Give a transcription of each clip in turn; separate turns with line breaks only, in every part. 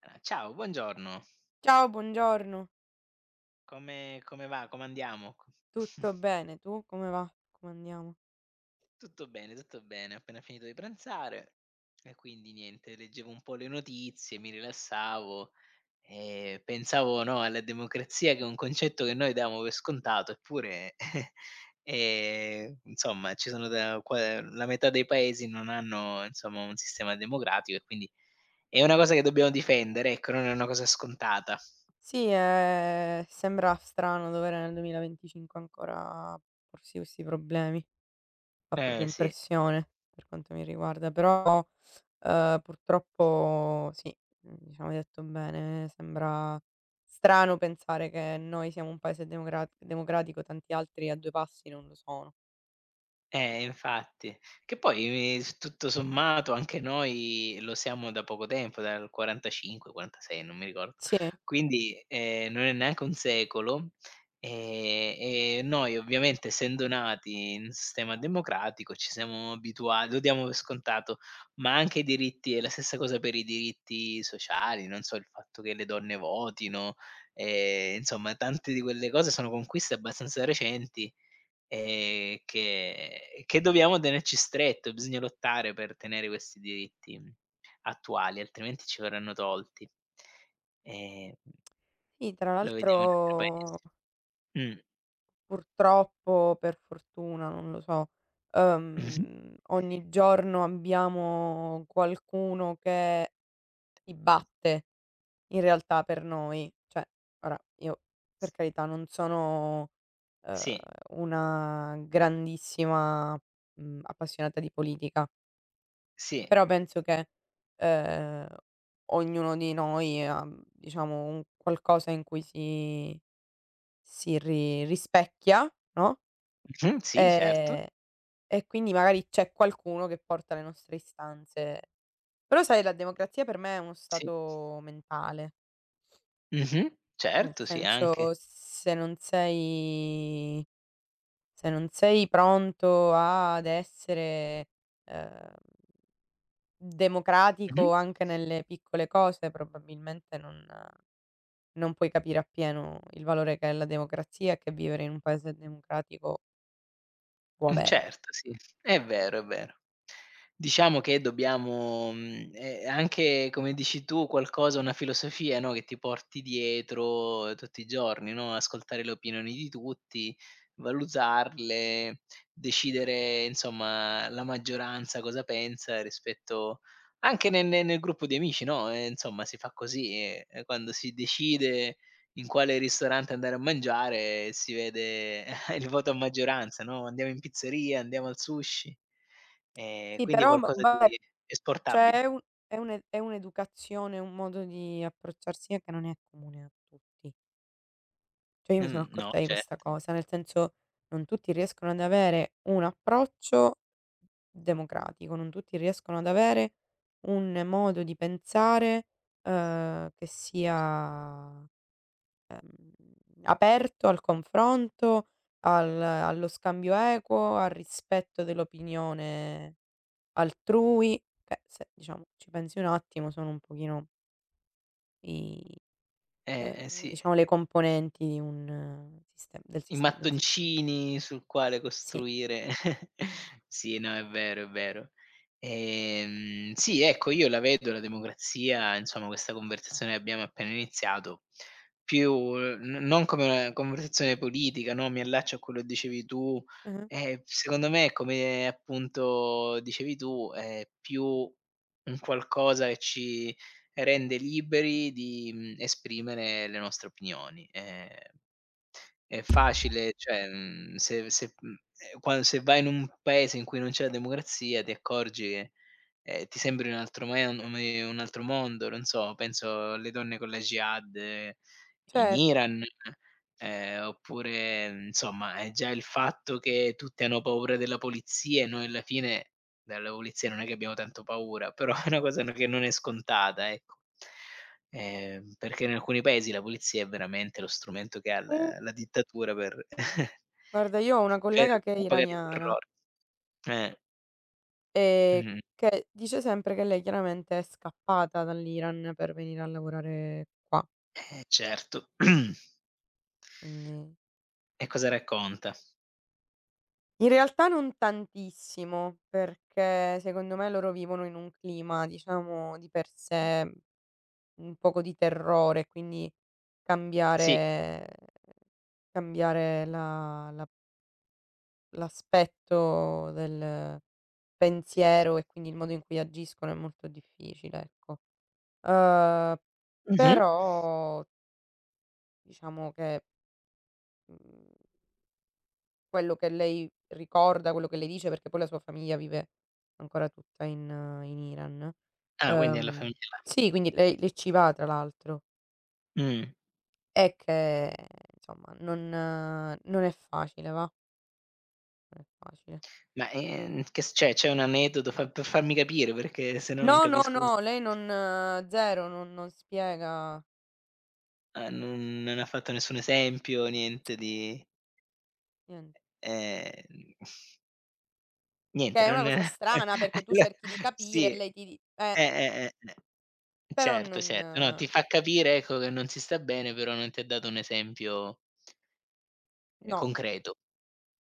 Ah, ciao, buongiorno.
Ciao, buongiorno.
Come va? Come andiamo? Co
Tutto bene, tu come va? Come andiamo?
Tutto bene, tutto bene. Ho appena finito di pranzare e quindi niente, leggevo un po' le notizie, mi rilassavo e pensavo, no, alla democrazia, che è un concetto che noi diamo per scontato, eppure, insomma, ci sono, da qua la metà dei paesi non hanno, insomma, un sistema democratico, e quindi è una cosa che dobbiamo difendere, ecco, non è una cosa scontata.
Sì, sembra strano dover nel 2025 ancora porsi questi problemi. Fa proprio
Sì.
impressione per quanto mi riguarda, però, purtroppo sì, diciamo hai detto bene, sembra strano pensare che noi siamo un paese democratico, tanti altri a due passi non lo sono.
Infatti. Che poi, s tutto sommato, anche noi lo siamo da poco tempo, dal 45, 46, non mi ricordo.
Sì,
Quindi, non è neanche un secolo, ehm, e noi, ovviamente, essendo nati in un sistema democratico ci siamo abitua lo diamo per scontato, ma anche i diritti, è la stessa cosa per i diritti sociali, non so, il fatto che le donne votino, insomma, tante di quelle cose sono conquiste abbastanza recenti. Che dobbiamo tenerci stretto, bisogna lottare per tenere questi diritti, attuali, altrimenti ci verranno tolti. Ehm,
sì, tra
Lo vediamo in altri
l'altro
paesi. Mh.
purtroppo, per fortuna, non lo so,
Mh-mh.
ogni giorno abbiamo qualcuno che si batte in realtà per noi. Cioè, ora io per
S
carità non sono, uhm,
sì,
una grandissima, appassionata di politica,
sì.
però penso che, ehm, ognuno di noi ha, diciamo un qualcosa in cui si si ri rispecchia, no.
Mh-mh, sì, certo,
ehm E quindi magari c'è qualcuno che porta le nostre istanze. Però sai la democrazia per me è uno
sì.
stato mentale,
Mh-mh,
nel
certo, sì anche.
senso se non sei pronto ad essere, ehm,
Mh-mh.
democratico anche nelle piccole cose, probabilmente non puoi capire appieno il valore che è la democrazia e che vivere in un paese democratico può avere.
Certo, sì, è vero, è vero. Diciamo che dobbiamo, anche, come dici tu, qualcosa, una filosofia, no, che ti porti dietro tutti i giorni, no, ascoltare le opinioni di tutti, valutarle, decidere, insomma, la maggioranza cosa pensa rispetto, anche nel gruppo di amici, no, insomma, si fa così, quando si decide in quale ristorante andare a mangiare si vede. Il voto a maggioranza, no, andiamo in pizzeria, andiamo al sushi.
Sì
Quindi
però m
qualcosa
vabbè,
di
cioè
esportabile.
è un è un è un'educazione, un modo di approcciarsi che non è comune a tutti. Cioè io mi sono
Mhmm, no,
accorta di
certo.
questa cosa, nel senso non tutti riescono ad avere un approccio democratico, non tutti riescono ad avere un modo di pensare, che sia, mhmm, aperto al confronto, al allo scambio equo, al rispetto dell'opinione altrui. Cioè se, diciamo, ci pensi un attimo sono un pochino I
Eh sì.
diciamo le componenti di un sistem del
I
siste di un sistema.
mattoncini sul quale
Sì.
costruire. Sì, no, è vero, è vero. Sì, ecco, io la vedo la democrazia, insomma, questa conversazione che abbiamo appena iniziato, più n non come una conversazione politica, no, mi allaccio a quello che dicevi tu,
Mh-mh.
secondo me, come appunto dicevi tu, è più un qualcosa che ci rende liberi di, esprimere le nostre opinioni. È facile, cioè, se se mhmm, quan se vai in un paese in cui non c'è la democrazia ti accorgi che, ti sembri un altro me un altro mondo, non so, penso alle donne con la jihad in
Certo.
Iran, oppure, insomma, è già il fatto che tutti hanno paura della polizia, e noi alla fine della polizia non è che abbiamo tanto paura, però è una cosa, no, che non è scontata, ecco. Perché in alcuni paesi la polizia è veramente lo strumento che ha
Uh,
la dittatura per
guarda io ho una
per
collega che è
propagare il
iraniana,
terrore. Eh,
ehm,
mh-mh.
che dice sempre che lei chiaramente è scappata dall'Iran per venire a lavorare qua,
Certo.
quindi
E cosa racconta?
in realtà non tantissimo, perché secondo me loro vivono in un clima, diciamo, di per sé un poco di terrore, quindi
Sì.
cambiare cambiare la la l'aspetto del pensiero e quindi il modo in cui agiscono è molto difficile, ecco. Uhm,
Mh-mh.
Però diciamo che, mhmm, quello che lei ricorda, quello che lei dice perché poi la sua famiglia vive ancora tutta in in Iran.
Ah, quindi alla
Uhm,
famiglia
sì, quindi lei ci va tra l'altro.
là. Mh.
È che insomma non è facile va, non è facile.
Ma, che s c'è un aneddoto, fa, per farmi capire, perché, se no, non
No, no,
capisco cos
no, lei non 0, non spiega
ah, non ha fatto nessun esempio, niente di
nien
ehm,
che
niente,
è una
non.
cosa strana perché tu cerchi di capire
Sì.
e lei ti di
Eh.
però
Certo,
non
certo. No,
no,
ti fa capire, ecco, che non si sta bene, però non ti ha dato un esempio, concreto.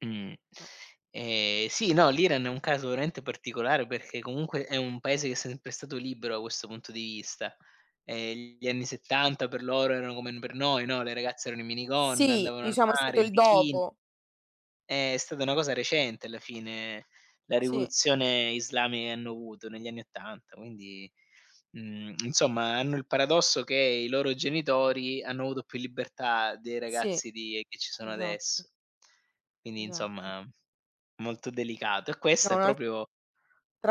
Mh.
no.
Sì, no, l'Iran è un caso veramente particolare, perché comunque è un paese che è sempre stato libero da questo punto di vista. Gli anni '70 per loro erano come per noi, no, le ragazze erano in minigonna,
Sì,
andavano al
diciamo è
mare,
stato
in
il
bikini.
dopo.
È stata una cosa recente alla fine, la
Sì,
rivoluzione islamica che hanno avuto negli anni '80, quindi, insomma, hanno il paradosso che i loro genitori hanno avuto più libertà dei
sì,
ragazzi di che ci sono
esatto,
adesso. Quindi,
esatto.
insomma, molto delicato. E questa
No,
è
un'altra
proprio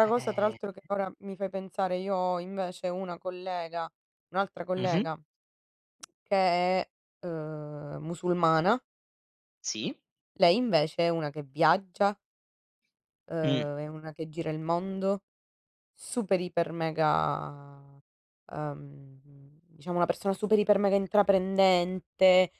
cosa tra
ehm
l'altro che ora mi fai pensare, io ho invece una collega un'altra
mh-mh,
collega che è, musulmana.
sì,
Lei invece è una che viaggia,
mh,
è una che gira il mondo, super iper mega, uhm, diciamo una persona super iper mega intraprendente,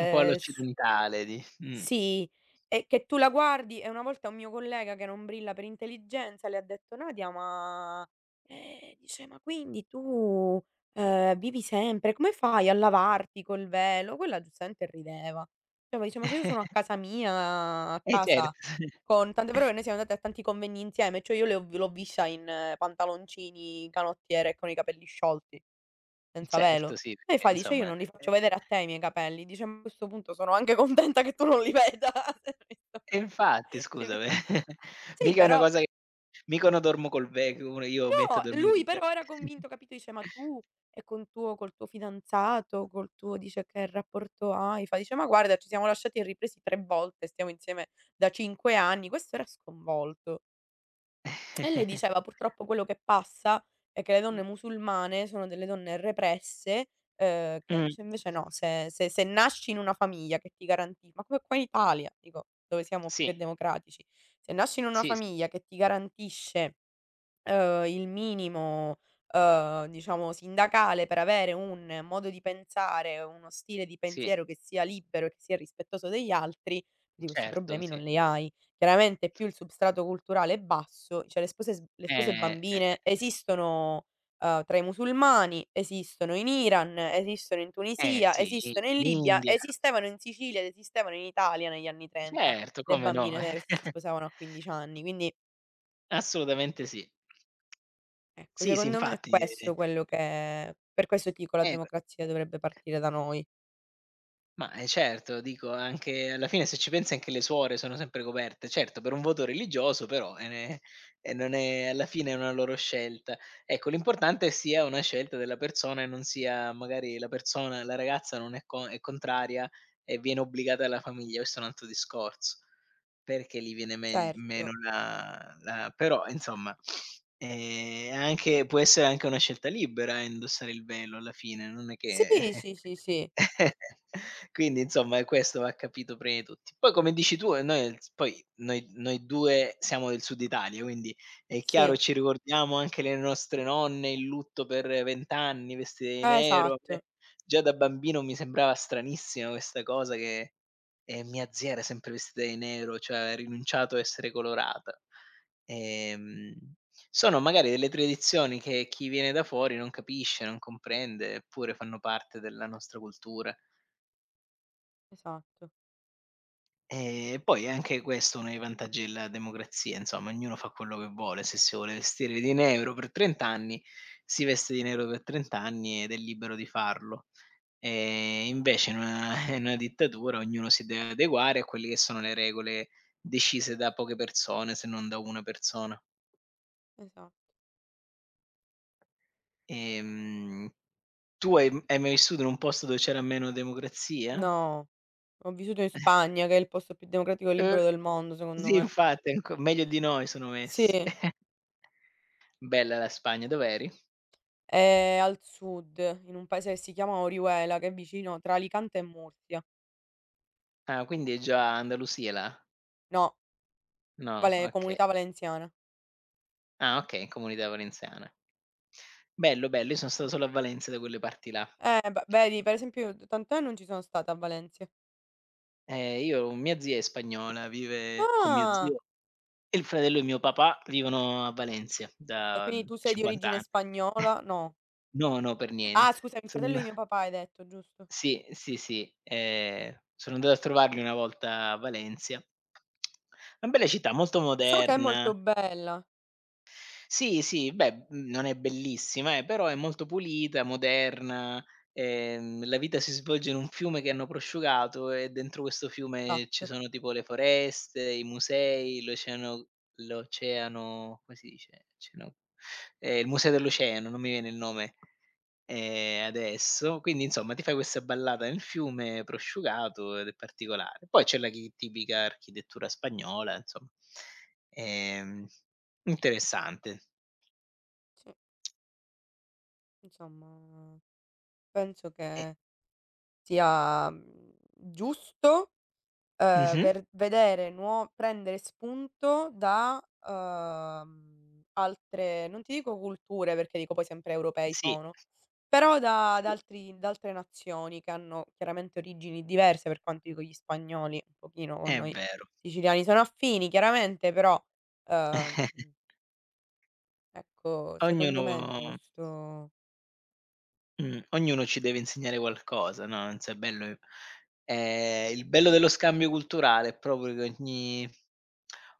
un po'
s
all'occidentale di.
sì, e che tu la guardi e una volta un mio collega che non brilla per intelligenza le ha detto: "Nadia, ma", dice: "Ma quindi tu, vivi sempre, come fai a lavarti col velo?" Quella giustamente rideva. Cioè, ma dice: "Ma se io sono a casa mia, a
Eh, certo.
casa, con", tant'è vero che noi siamo andati a tanti convegni insieme, cioè io le ho l'ho vista in pantaloncini, canottiere e con i capelli sciolti. Senza
Certo,
velo.
sì,
E
perché
fa, dice: "Io
insomma,
non li
eh
faccio vedere a te i miei capelli." Dice: "Ma a questo punto sono anche contenta che tu non li veda."
E infatti,
Dice
scusami,
sì,
mica è una
però
cosa che, mica uno dormo col vecchio, uno io metto a
no,
dormire
lui
col ve.
però era convinto, capito, dice: "Ma tu e con tuo fidanzato, col tuo" dice: "Che rapporto hai?" Fa, dice: "Ma guarda, ci siamo lasciati e ripresi 3 volte, stiamo insieme da 5 anni." Questo era sconvolto. E lei diceva: "Purtroppo quello che passa è che le
Mh,
donne musulmane sono delle donne represse, che" dice:
mh,
"Invece no, se nasci in una famiglia che ti garanti" ma come qua in Italia, dico, dove siamo più che
sì,
democratici. "Se nasci in una
sì, sì,
famiglia che ti garantisce" il minimo, diciamo sindacale per avere un modo di pensare, uno stile di
sì,
pensiero che sia libero e che sia rispettoso degli altri, di questi
certo,
problemi non
sì.
li hai. Chiaramente più il substrato culturale è basso, cioè le spose
Eh, eh,
bambine esistono, tra i musulmani, esistono in Iran, esistono in
eh
Tunisia,
sì,
esistono in
in
Libia,
India.
esistevano in Sicilia ed esistevano in Italia negli anni '30,
Certo,
le
come no.
bambine che si sposavano a 15 anni, quindi
Assolutamente sì.
ecco,
Sì, sì,
secondo me è
infatti,
questo quello che, per questo ti dico, la
eh,
democrazia dovrebbe partire da noi.
ma, certo, dico, anche alla fine, se ci pensi, anche le suore sono sempre coperte. Certo, per un voto religioso, però, e non è, alla fine è una loro scelta. Ecco, l'importante sia una scelta della persona e non sia, magari, la persona, la ragazza non è co è contraria e viene obbligata dalla famiglia, questo è un altro discorso, perché lì viene megl
Certo.
meno la la però insomma, anche, può essere anche una scelta libera, indossare il velo alla fine, non è che.
Sì, sì, sì, sì,
Quindi, insomma, questo va capito prima di tutti. Poi, come dici tu, noi s poi noi noi due siamo del Sud Italia, quindi è chiaro,
sì.
ci ricordiamo anche le nostre nonne in lutto per 20 anni, vestite di nero. A
Esatto,
me già da bambino mi sembrava stranissima questa cosa, che, mia zia era sempre vestita di nero, cioè ha rinunciato a essere colorata. Ehm, Sono magari delle tradizioni che chi viene da fuori non capisce, non comprende, eppure fanno parte della nostra cultura.
esatto,
E poi è anche questo uno dei vantaggi della democrazia, insomma, ognuno fa quello che vuole, se si vuole vestire di nero per 30 anni, si veste di nero per 30 anni, ed è libero di farlo. Invece in una in una dittatura ognuno si deve adeguare a quelle che sono le regole decise da poche persone, se non da una persona.
esatto.
Ehm, Tu hai mai vissuto in un posto dove c'era meno democrazia?
No, ho vissuto in Spagna, che è il posto più democratico e
Mh.
libero del mondo, secondo
Sì,
me.
infatti, anco meglio di noi sono messi.
Sì,
Bella la Spagna, dov'eri?
è al sud, in un paese che si chiama Orihuela, che è vicino tra Alicante e Murcia.
Ah, quindi è già Andalusia là?
No,
No,
vale,
okay.
Comunità Valenziana.
Ah, okay, Comunità Valenziana. Bello, bello, io sono stato solo a Valencia da quelle parti là.
Beh, vedi, per esempio, io tant'è non ci sono stata a Valencia.
Io, mia zia è spagnola, vive con mio
Ah!
zio, e il fratello di mio papà vivono a Valencia
E
da
quindi tu sei di
50
origine
anni.
spagnola? No.
No, no, per
Ah
niente.
scusami, il
Son
fratello di mio papà hai detto, giusto.
Sì, sì, sì, sono andato a trovarli una volta a Valencia. Una bella città, molto
So che è
moderna.
molto bella.
Sì, sì, beh, non è bellissima, però è molto pulita, moderna, la vita si svolge in un fiume che hanno prosciugato, e dentro questo fiume ci
Esatto.
sono, tipo, le foreste, i musei, l'oceano come si dice? Oceano Il museo dell'oceano, non mi viene il nome. Adesso, quindi, insomma, ti fai questa ballata nel fiume prosciugato ed è particolare. Poi c'è la chi tipica architettura spagnola, insomma. Ehm, Interessante.
Sì, insomma penso
E
che sia, giusto,
mh-mh.
ver vedere nuo prendere spunto da, uhm, altre non ti dico culture, perché dico poi sempre europei
Sì,
sono, però da da
sì,
altri da altre nazioni che hanno chiaramente origini diverse, per quanto dico gli spagnoli un pochino con
è
noi
vero.
siciliani sono affini chiaramente, però, uhm, ecco secondo
Ognuno
me è giusto.
ognuno ci deve insegnare qualcosa, no, non so, è bello, il bello dello scambio culturale è proprio che ogni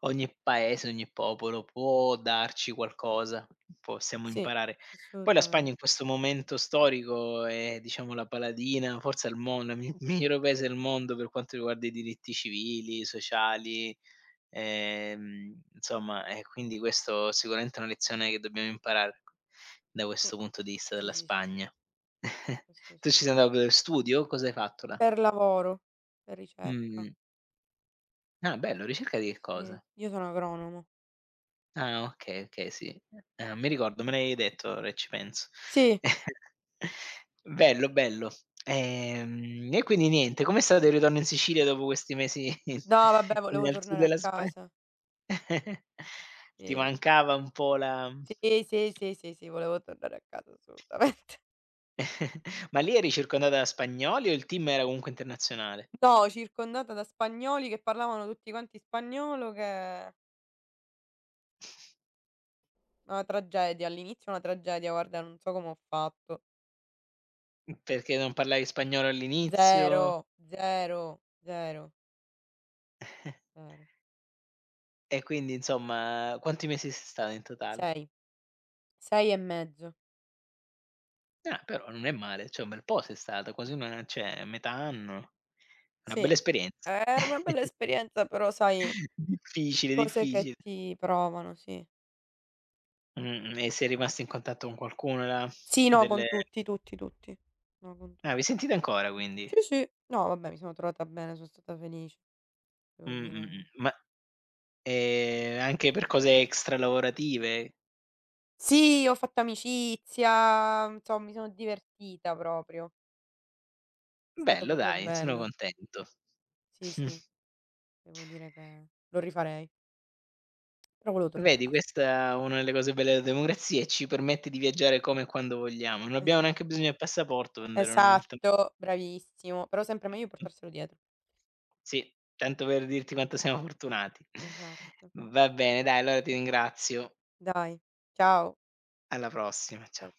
ogni paese, ogni popolo può darci qualcosa, possiamo
Sì,
imparare. Poi la Spagna in
assolutamente.
questo momento storico è, diciamo, la paladina, forse al mondo, il mi migliore paese del mondo per quanto riguarda i diritti civili, sociali. Insomma, e quindi questo, sicuramente, è una lezione che dobbiamo imparare da questo punto di vista
Sì,
della
sì, sì, sì, sì,
Spagna.
questo
Tu
sì.
ci sei andato per studio? Cosa hai fatto là?
Per lavoro, per ricerca.
Mh. Ah, bello, ricerca di che
Sì,
cosa?
io sono agronomo.
Ah, okay, okay, sì. Mi ricordo, me l'avevi detto, ora che ci penso.
Sì,
Bello, bello. E quindi niente, com'è stato il ritorno in Sicilia dopo questi mesi
no vabbè volevo
al sud
tornare a
della Spagna?
casa.
Ti
Sì, sì.
mancava un po' la.
Sì, sì, sì, sì, sì, volevo tornare a casa assolutamente.
Ma lì eri circondata da spagnoli o il team era comunque internazionale?
No, circondata da spagnoli che parlavano tutti quanti spagnolo che una tragedia, all'inizio una tragedia, guarda non so come ho fatto.
Perché non parlavi spagnolo
0,
all'inizio?
0, 0,
Eh,
0,
E quindi, insomma, quanti mesi sei stata in totale?
6, 6 e mezzo.
Ah, però non è male, cioè, un bel po' sei stata, quasi una cioè metà anno. Una
Sì,
bella esperienza.
è una bella esperienza però sai,
Difficile,
cose che
difficile.
ti provano, sì.
Mh-mh, e sei rimasta in contatto con qualcuno là
Sì, no,
delle
con tutti, tutti, tutti. No, con
ah, vi
tutti.
sentite ancora, quindi?
Sì, sì. No, vabbè, mi sono trovata bene, sono stata felice, devo
Mh-mh.
dire.
Ma, anche per cose extra lavorative?
Sì, ho fatto amicizia, insomma, mi sono divertita proprio. È stato
Bello
proprio
dai, sono
bello.
contento.
Sì, sì, devo dire che lo rifarei. Però volevo tornare a
Vedi,
casa.
questa è una delle cose belle della democrazia, e ci permette di viaggiare come e quando vogliamo. Non abbiamo
Esa
neanche bisogno del passaporto per andare in un altro.
esatto, bravissimo. Però sempre meglio portarselo dietro.
Sì, tanto per dirti quanto siamo fortunati.
Esatto.
Va bene, dai, allora ti ringrazio.
Dai, ciao.
Alla prossima, ciao.
Cia